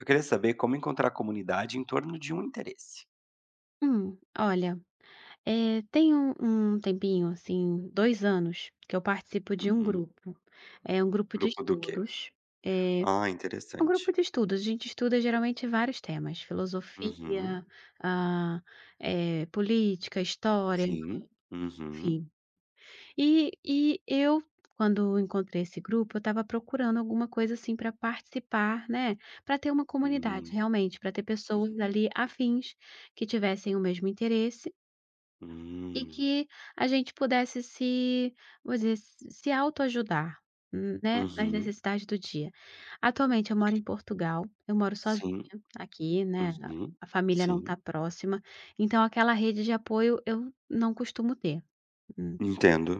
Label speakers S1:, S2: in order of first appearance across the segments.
S1: Eu queria saber como encontrar comunidade em torno de um interesse.
S2: Olha, tem um tempinho, assim, 2 anos, que eu participo de um
S1: Uhum.
S2: grupo. É um grupo de
S1: Grupo do quê?
S2: estudos. eh,
S1: Ah,
S2: É um grupo
S1: interessante.
S2: de estudos, a gente estuda geralmente vários temas,
S1: Uhum.
S2: filosofia, ah, política, história,
S1: Sim. Uhum.
S2: enfim. E eu, quando encontrei esse grupo, eu estava procurando alguma coisa, assim, para participar, né, para ter uma
S1: Hum,
S2: comunidade realmente, para ter
S1: uhum.
S2: pessoas ali afins que tivessem o mesmo interesse, e
S1: Hum.
S2: que a gente pudesse se, vou dizer, se autoajudar, né, nas
S1: Uhum.
S2: necessidades do dia. Atualmente eu moro em Portugal, eu moro sozinha
S1: Sim.
S2: aqui, né, a
S1: Uhum.
S2: a família não está
S1: Sim.
S2: próxima, então aquela rede de apoio eu não costumo ter. Hum.
S1: Entendo.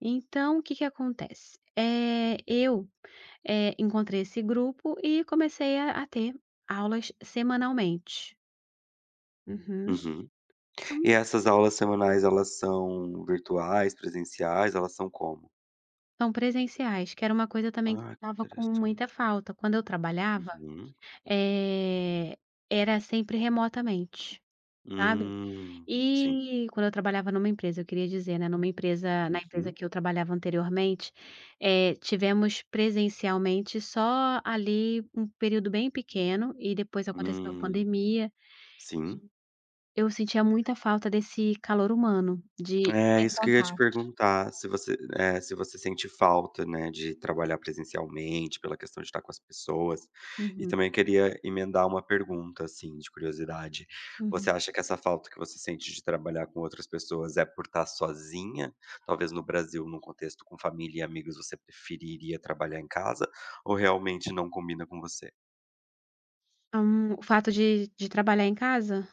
S2: Então o que que acontece? Eu, encontrei esse grupo e comecei a ter aulas semanalmente. Uhum.
S1: Uhum. E essas aulas semanais, elas são virtuais, presenciais? Elas são como?
S2: São presenciais, que era uma coisa também que eu
S1: Ah, que
S2: estava com muita
S1: interessante.
S2: falta. Quando eu trabalhava,
S1: Uhum.
S2: eh, era sempre remotamente, sabe.
S1: Hum. Sim.
S2: E quando eu trabalhava numa empresa, eu queria dizer, né, numa empresa, na empresa
S1: Uhum.
S2: que eu trabalhava anteriormente, tivemos presencialmente só ali um período bem pequeno e depois aconteceu a
S1: Hum.
S2: pandemia.
S1: Sim.
S2: Eu sentia muita falta desse calor humano, de estar
S1: É,
S2: em
S1: isso que eu ia te
S2: contato.
S1: perguntar, se você sente falta, né, de trabalhar presencialmente, pela questão de estar com as pessoas. E
S2: Uhum,
S1: também queria emendar uma pergunta, assim, de curiosidade. Você
S2: uhum.
S1: acha que essa falta que você sente de trabalhar com outras pessoas é por estar sozinha? Talvez no Brasil, num contexto com família e amigos, você preferiria trabalhar em casa? Ou realmente não combina com você?
S2: O fato de trabalhar em casa?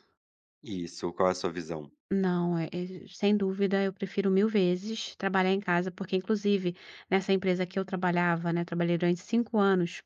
S1: Isso, qual é a sua visão?
S2: Não, é sem dúvida, eu prefiro mil vezes trabalhar em casa, porque inclusive nessa empresa que eu trabalhava, né, trabalhei durante 5 anos.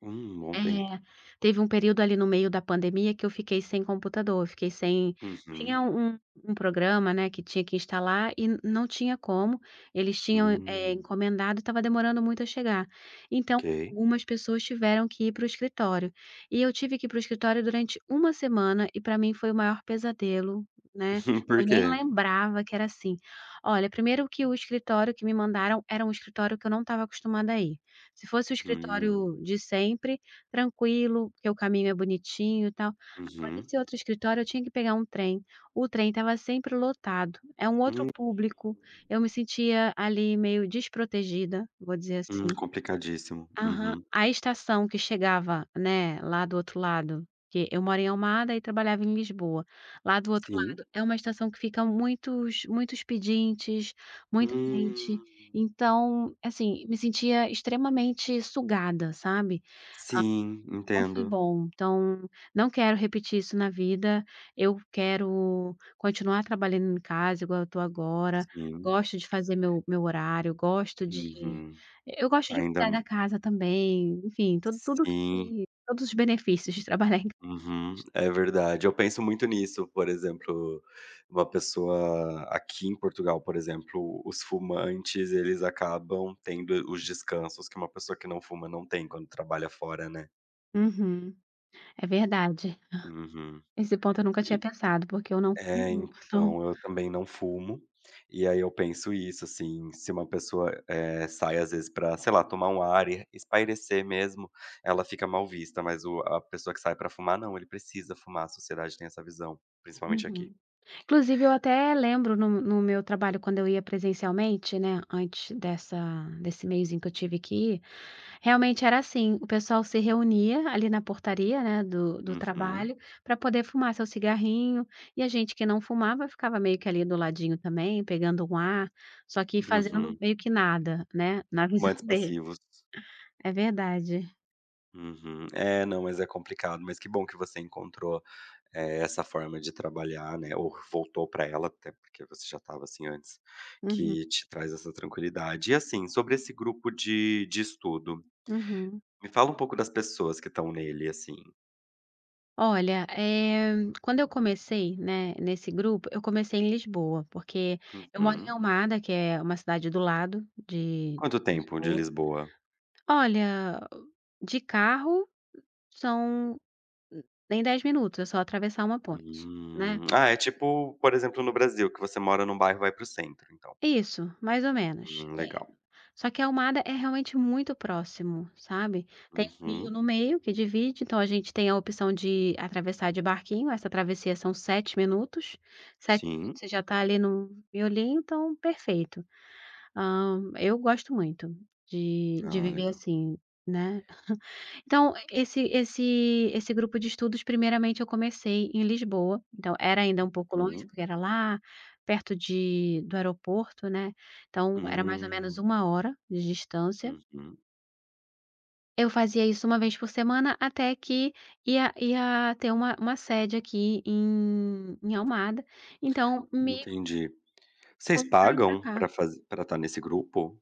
S1: Bom
S2: é,
S1: tempo.
S2: Teve um período ali no meio da pandemia que eu fiquei sem computador, eu fiquei sem
S1: Uhum.
S2: tinha um programa, né, que tinha que instalar e n não tinha como, eles tinham
S1: Hum,
S2: encomendado e estava demorando muito a chegar. Então,
S1: ok.
S2: algumas pessoas tiveram que ir para o escritório, e eu tive que ir para o escritório durante uma semana, e para mim foi o maior pesadelo, né,
S1: Por
S2: eu nem
S1: quê?
S2: lembrava que era assim. Olha, primeiro que o escritório que me mandaram era um escritório que eu não estava acostumada a ir. Se fosse o
S1: Hum.
S2: escritório de sempre, tranquilo, porque o caminho é bonitinho e tal. Agora
S1: Uhum.
S2: esse outro escritório, eu tinha que pegar um trem, o trem estava sempre lotado, é um outro
S1: Hum,
S2: público, eu me sentia ali meio desprotegida, vou dizer assim.
S1: complicadíssimo.
S2: Aham.
S1: Uhum.
S2: A estação que chegava, né, lá do outro lado, que eu moro em Almada e trabalhava em Lisboa, lá do outro
S1: Sim.
S2: lado é uma estação que fica muitos muitos pedintes, muita gente,
S1: Hum.
S2: então, assim, me sentia extremamente sugada, sabe.
S1: Sim,
S2: Não foi
S1: entendo.
S2: bom, então não quero repetir isso na vida, eu quero continuar trabalhando em casa igual eu estou agora,
S1: Sim.
S2: gosto de fazer meu horário, gosto de
S1: Uhum.
S2: eu gosto de
S1: Ainda
S2: cuidar
S1: m
S2: da casa também, enfim, tudo tudo
S1: Sim.
S2: que todos os benefícios de trabalhar em casa.
S1: Uhum. É verdade. Eu penso muito nisso, por exemplo, uma pessoa aqui em Portugal, por exemplo, os fumantes, eles acabam tendo os descansos que uma pessoa que não fuma não tem quando trabalha fora, né.
S2: Uhum, é verdade.
S1: Uhum.
S2: Esse ponto eu nunca tinha pensado, porque eu não
S1: É,
S2: Uhum, não.
S1: então, eu também não fumo, e aí eu penso isso, assim, se uma pessoa, eh, sai às vezes pra, sei lá, tomar um ar e espairecer mesmo, ela fica mal vista, mas o a pessoa que sai pra fumar não, ele precisa fumar, a sociedade tem essa visão, principalmente aqui.
S2: Uhum. Inclusive eu até lembro no meu trabalho quando eu ia presencialmente, né, antes dessa desse meiozinho que eu tive que realmente era assim, o pessoal se reunia ali na portaria, né, do
S1: Uhum,
S2: trabalho, para poder fumar seu cigarrinho, e a gente que não fumava ficava meio que ali do ladinho também, pegando um ar, só que fazendo
S1: uhum.
S2: meio que nada, né, na visão
S1: Fumantes
S2: dele.
S1: passivos.
S2: É verdade.
S1: Uhum. É, não, mas é complicado, mas que bom que você encontrou. É, essa forma de trabalhar, né, ou voltou para ela, até porque você já estava assim antes,
S2: Uhum,
S1: que te traz essa tranquilidade. E assim, sobre esse grupo de estudo,
S2: uhum.
S1: me fala um pouco das pessoas que estão nele, assim.
S2: Olha, quando eu comecei, né, nesse grupo, eu comecei em Lisboa, porque eu moro em
S1: Uhum.
S2: Almada, que é uma cidade do lado de
S1: Quanto
S2: de
S1: tempo de
S2: Lisboa.
S1: Lisboa?
S2: Olha, de carro são Hum, em 10 minutos, é só atravessar uma ponte, né.
S1: Hum. Ah, é tipo, por exemplo, no Brasil, que você mora num bairro, e vai para o centro, então.
S2: Isso, mais ou menos. É.
S1: Legal.
S2: Só que Almada é realmente muito próximo, sabe. Tem um rio
S1: Uhum.
S2: no meio que divide, então a gente tem a opção de atravessar de barquinho, essa travessia são 7 minutos, sete
S1: Sim.
S2: minutos você já está ali no miolinho, então perfeito. Eu gosto muito de
S1: Ah,
S2: viver
S1: legal.
S2: assim, né. Então, esse grupo de estudos, primeiramente, eu comecei em Lisboa, então era ainda um pouco longe,
S1: Hum.
S2: porque era lá perto de do aeroporto, né, então era mais ou menos
S1: Hum.
S2: uma hora de distância.
S1: Uhum.
S2: Eu fazia isso uma vez por semana, até que ia ter uma sede aqui em Almada, então me
S1: Entendi. Vocês
S2: colocaram para
S1: pagam pra
S2: cá.
S1: fazer para estar nesse grupo?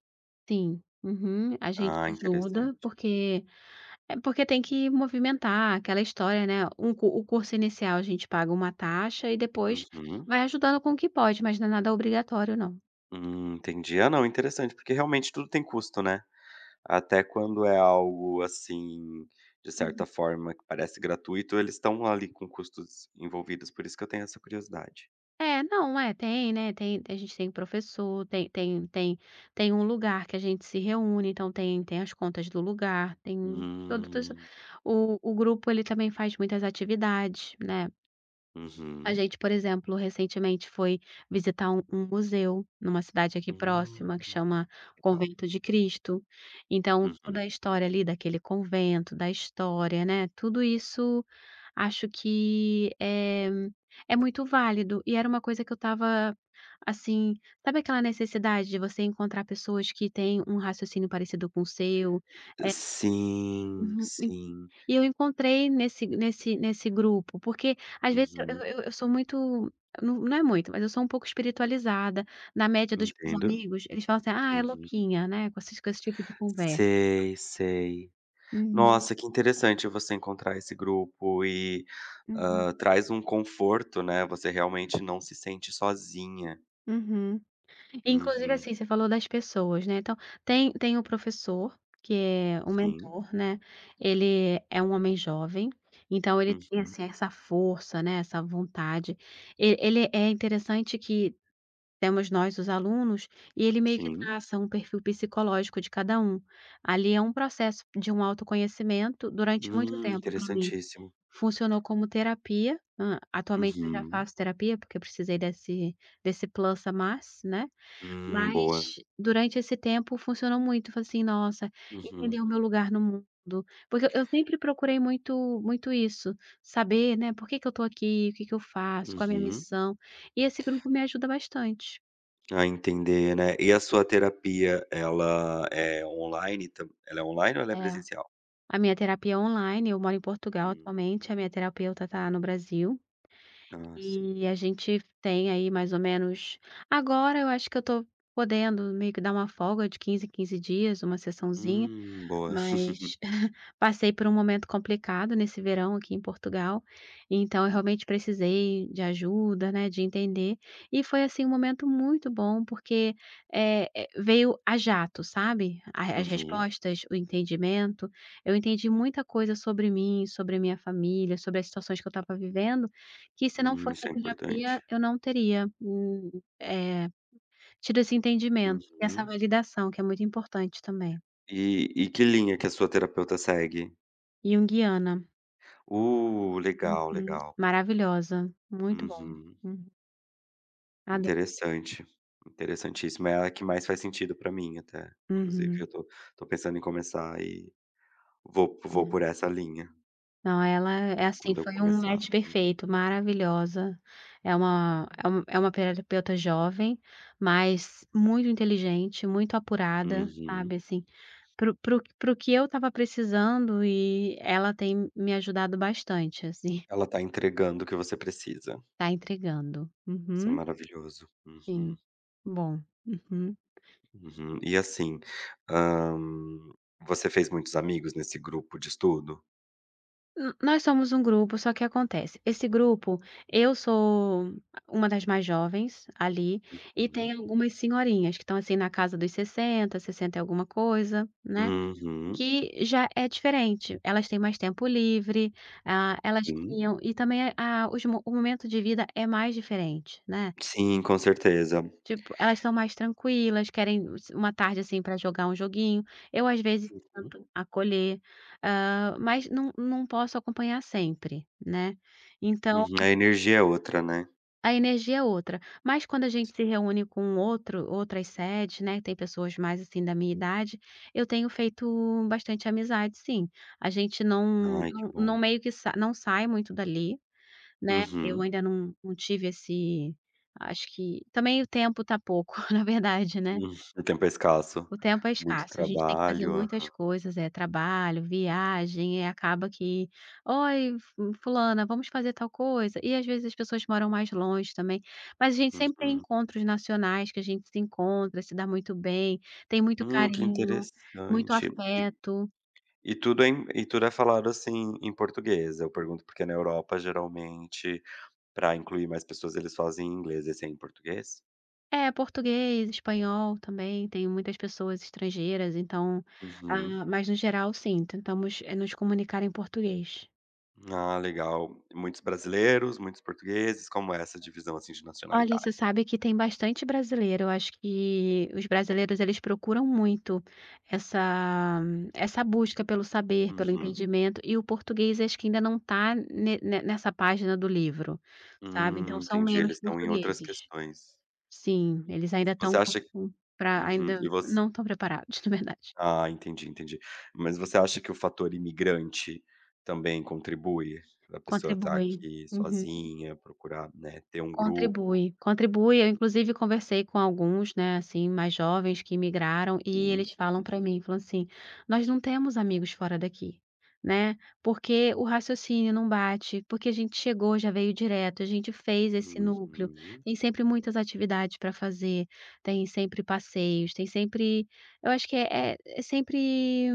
S2: Sim, uhum, a gente
S1: Ah,
S2: ajuda,
S1: interessante.
S2: porque... é porque tem que movimentar aquela história, né, um cu o curso inicial a gente paga uma taxa, e depois
S1: Uhum.
S2: vai ajudando com o que pode, mas não é nada obrigatório não.
S1: Entendi. Ah, não, interessante, porque realmente tudo tem custo, né? Até quando é algo assim, de certa
S2: Uhum.
S1: forma, que parece gratuito, eles estão ali com custos envolvidos, por isso que eu tenho essa curiosidade.
S2: É, não, é, né, tem a gente tem professor, tem um lugar que a gente se reúne, então tem as contas do lugar, tem todo isso.
S1: Hum,
S2: O grupo, ele também faz muitas atividades, né. A
S1: uhum,
S2: gente, por exemplo, recentemente foi visitar um museu numa cidade aqui
S1: hum,
S2: próxima que chama
S1: legal.
S2: Convento de Cristo. Então,
S1: Uhum.
S2: toda a história ali daquele convento, da história, né, tudo isso, acho que é muito válido, e era uma coisa que eu estava, assim, sabe, aquela necessidade de você encontrar pessoas que têm um raciocínio parecido com o seu?
S1: Sim,
S2: Uhum.
S1: sim.
S2: E eu encontrei nesse grupo, porque às vezes eu
S1: Uhum,
S2: eu eu sou muito... não, não é muito, mas eu sou um pouco espiritualizada, na média dos meus
S1: entendo.
S2: amigos, eles falam assim: "Ah, é
S1: Uhum.
S2: louquinha, né", com esses com esse tipo de conversa.
S1: Sei, sei.
S2: Uhum,
S1: Nossa, que interessante você encontrar esse grupo e,
S2: uhum,
S1: hã, traz um conforto, né, você realmente não se sente sozinha.
S2: uhum. Inclusive,
S1: Uhum.
S2: assim, você falou das pessoas, né, então tem o professor, que é o
S1: Sim.
S2: mentor, né, ele é um homem jovem, então ele tem,
S1: Uhum.
S2: assim, essa força, né, essa vontade. E ele é interessante que temos nós, os alunos, e ele meio que
S1: Sim.
S2: traça um perfil psicológico de cada um. Ali é um processo de um autoconhecimento durante muito tempo para mim.
S1: Interessantíssimo.
S2: Funcionou como terapia, atualmente eu já
S1: Uhum.
S2: faço terapia, porque eu precisei desse plus a mais, né. Mas
S1: Boa.
S2: durante esse tempo funcionou muito, falei assim: "Nossa,
S1: Uhum.
S2: entender o meu lugar no mundo", porque eu sempre procurei muito muito isso, saber, né, por que que eu tô aqui, o que que eu faço, qual a minha
S1: Uhum.
S2: missão, e esse grupo me ajuda bastante.
S1: Ah, entender, né. E a sua terapia, ela é online ou ela é
S2: É.
S1: presencial?
S2: A minha terapia é online, eu moro em Portugal
S1: Uhum.
S2: atualmente, a minha terapeuta está no Brasil,
S1: Ah, sim.
S2: e a gente tem aí mais ou menos... agora eu acho que eu estou podendo meio que dar uma folga de 15, em 15 dias, uma sessãozinha,
S1: Boa.
S2: mas... passei por um momento complicado nesse verão aqui em Portugal, então eu realmente precisei de ajuda, né, de entender, e foi, assim, um momento muito bom porque, veio a jato, sabe, a as
S1: Uhum.
S2: respostas, o entendimento. Eu entendi muita coisa sobre mim, sobre a minha família, sobre as situações que eu estava vivendo, que se não fosse
S1: Isso
S2: a
S1: é
S2: terapia
S1: importante.
S2: eu não teria, eh, tido esse entendimento, essa
S1: Uhum.
S2: validação que é muito importante também,
S1: E que linha que a sua terapeuta segue?
S2: junguiana.
S1: Legal,
S2: Uhum.
S1: legal.
S2: Maravilhosa, muito bom.
S1: Uhum.
S2: Uhum. Ado
S1: Interessante, interessantíssimo. É a que mais faz sentido pra mim até. Inclusive
S2: Uhum.
S1: eu tô pensando em começar e vou por
S2: É.
S1: essa linha
S2: Não, ela é assim,
S1: quando eu
S2: foi um
S1: começar.
S2: match perfeito, maravilhosa. É uma terapeuta jovem, mas muito inteligente, muito apurada, sabe,
S1: Uhum.
S2: assim, pro que eu tava precisando, e ela tem me ajudado bastante, assim,
S1: Ela tá entregando o que você precisa.
S2: tá entregando.
S1: Isso é
S2: Uhum,
S1: maravilhoso. Uhum,
S2: sim. Bom. Uhum.
S1: uhum. E assim, hã, você fez muitos amigos nesse grupo de estudo?
S2: N Nós somos um grupo, só que acontece, esse grupo, eu sou uma das mais jovens ali, e
S1: Uhum.
S2: tem algumas senhorinhas que estão, assim, na casa dos 60, 60 e alguma coisa, né,
S1: Uhum.
S2: que já é diferente. Elas têm mais tempo livre, elas
S1: Sim.
S2: criam, e também a o momento de vida é mais diferente, né.
S1: Sim, com certeza.
S2: Tipo, elas estão mais tranquilas, querem s uma tarde, assim, para jogar um joguinho. Eu, às vezes,
S1: Uhum.
S2: tento acolher, mas não posso acompanhar sempre, né. Então,
S1: Uhum. A energia é outra, né.
S2: a energia é outra. Mas quando a gente se reúne com outro outras sedes, né, tem pessoas mais, assim, da minha idade, eu tenho feito bastante amizade, sim. A gente não
S1: Ai, que
S2: não não
S1: bom.
S2: meio que sa não sai muito dali, né. Eu
S1: Uhum.
S2: ainda não tive esse acho que também o tempo tá pouco, na verdade, né.
S1: Hum. O tempo é escasso.
S2: O tempo é
S1: Muito
S2: escasso, a gente tem que fazer
S1: trabalho. Aham.
S2: muitas coisas, é trabalho, viagem, e acaba que: "Oi, fu fulana, vamos fazer tal coisa?" E às vezes as pessoas moram mais longe também, mas a gente sempre tem
S1: Uhum.
S2: encontros nacionais que a gente se encontra, se dá muito bem, tem muito
S1: Que
S2: carinho, muito
S1: interessante. E
S2: afeto.
S1: tudo é falado, assim, em português? Eu pergunto porque na Europa, geralmente, para incluir mais pessoas, eles fazem em inglês. Esse é em português?
S2: É, português, espanhol também, tem muitas pessoas estrangeiras, então,
S1: Uhum.
S2: mas no geral sim, tentamos, nos comunicar em português.
S1: Ah, legal. Muitos brasileiros, muitos portugueses. Como é essa divisão, assim, de
S2: Olha,
S1: nacionalidade?
S2: você sabe que tem bastante brasileiro, eu acho que os brasileiros, eles procuram muito essa essa busca pelo saber, pelo
S1: Uhum.
S2: entendimento, e o português acho que ainda não está nessa página do livro, sabe, então são
S1: Entendi.
S2: menos
S1: Eles estão em outras
S2: portugueses.
S1: questões.
S2: Sim, eles ainda estão
S1: Você acha.
S2: para
S1: Uhum.
S2: ainda
S1: E você,
S2: não estão preparados, na verdade.
S1: ah, entendi, entendi. Mas você acha que o fator imigrante também contribui? A pessoa estar
S2: Contribuem.
S1: aqui
S2: Uhum.
S1: sozinha, procurar, né, ter um grupo.
S2: Contribui, contribui. Eu inclusive conversei com alguns, né, assim, mais jovens que migraram, e
S1: Sim.
S2: eles falam para
S1: Uhum.
S2: mim, falam assim: "Nós não temos amigos fora daqui", né, porque o raciocínio não bate, porque a gente chegou, já veio direto, a gente fez esse núcleo,
S1: Uhum.
S2: tem sempre muitas atividades para fazer, tem sempre passeios, tem sempre eu acho que é sempre,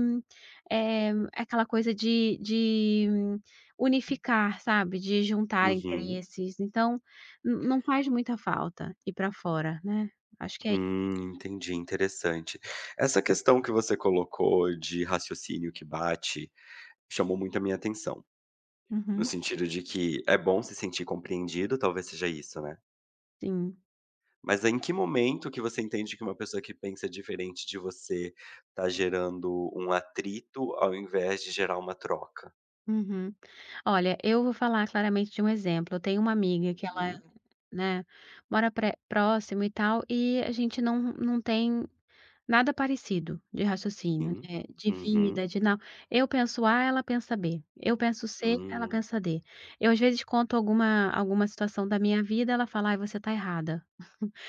S2: aquela coisa de unificar, sabe, de juntar
S1: Uhum.
S2: interesses. Então, N não faz muita falta ir pra fora, né. Acho que é
S1: Entendi, interessante. Essa questão que você colocou de raciocínio que bate, chamou muito a minha atenção, no
S2: Uhum.
S1: sentido de que é bom se sentir compreendido, talvez seja isso, né?
S2: Sim.
S1: Mas em que momento que você entende que uma pessoa que pensa diferente de você tá gerando um atrito, ao invés de gerar uma troca?
S2: Uhum. Olha, eu vou falar claramente de um exemplo. Eu tenho uma amiga que ela,
S1: Hum,
S2: né, mora pré próximo e tal, e a gente não tem nada parecido de raciocínio,
S1: sim.
S2: né, de
S1: Uhum.
S2: vida, de não... eu penso A, ela pensa B, eu penso C, ela
S1: Hum.
S2: pensa D. Eu às vezes conto alguma situação da minha vida, ela fala: "Ai, você tá errada".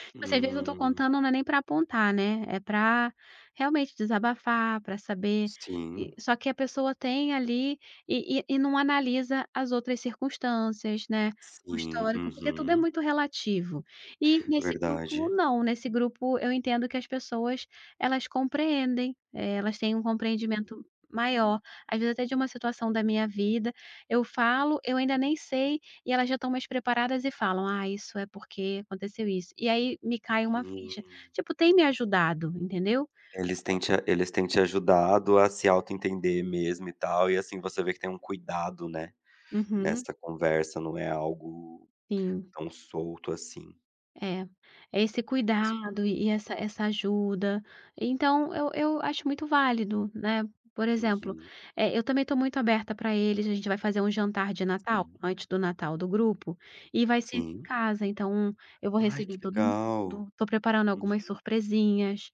S2: Tipo, assim, às vezes eu tô
S1: Hum.
S2: contando, não é nem pra apontar, né, é pra realmente desabafar, pra saber... e
S1: Sim,
S2: só que a pessoa tem ali, e e não analisa as outras circunstâncias, né, o
S1: sim.
S2: histórico, porque tudo é
S1: Uhum.
S2: muito relativo. E nesse grupo
S1: Verdade.
S2: não, nesse grupo eu entendo que as pessoas, elas compreendem, elas têm um compreendimento maior, às vezes até de uma situação da minha vida, eu falo, eu ainda nem sei, e elas já estão mais preparadas e falam: "Ah, isso é porque aconteceu isso". E aí me cai uma ficha.
S1: Hum.
S2: Tipo, tem me ajudado, entendeu?
S1: Eles têm te ajudado a se auto entender mesmo e tal, e assim, você vê que tem um cuidado, né,
S2: Uhum,
S1: nessa conversa, não é algo
S2: sim,
S1: tão solto assim.
S2: é. É esse
S1: É super
S2: cuidado e essa ajuda. Então eu acho muito válido, né. Por exemplo,
S1: Uhum.
S2: eu também estou muito aberta pra eles, a gente vai fazer um jantar de Natal,
S1: Sim,
S2: antes do Natal do grupo, e vai ser em
S1: sim.
S2: casa, então eu vou
S1: Ai,
S2: receber
S1: que
S2: todo
S1: legal.
S2: mundo, tô preparando algumas
S1: Uhum.
S2: surpresinhas.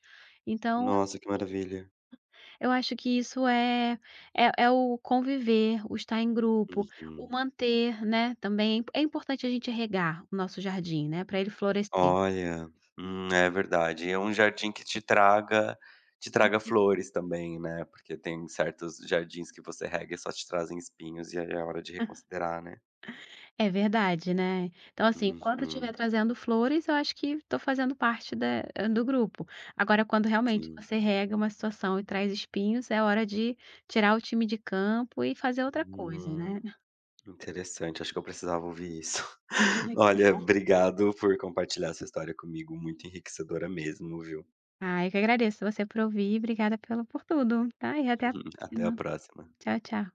S2: Então
S1: Nossa, que maravilha.
S2: eu acho que isso é o conviver, o estar em grupo, o
S1: Uhum.
S2: manter, né, também é importante a gente regar o nosso jardim, né, para ele florescer.
S1: Olha, é verdade. É um jardim que te traga flores também, né, porque tem certos jardins que você rega e só te trazem espinhos, e aí é hora de reconsiderar, né.
S2: É verdade, né. Então, assim, enquanto eu estiver
S1: Uhum,
S2: trazendo flores, eu acho que estou fazendo parte do grupo. Agora quando realmente
S1: sim.
S2: você rega uma situação e traz espinhos, é hora de tirar o time de campo e fazer outra coisa,
S1: Hum,
S2: né.
S1: interessante, acho que eu precisava ouvir isso.
S2: Que
S1: Olha,
S2: bom.
S1: obrigado por compartilhar essa história comigo, muito enriquecedora mesmo, viu.
S2: Ah, eu que agradeço você por ouvir, obrigada pela por tudo, tá. E até a
S1: Até a
S2: próxima.
S1: próxima.
S2: Tchau, tchau.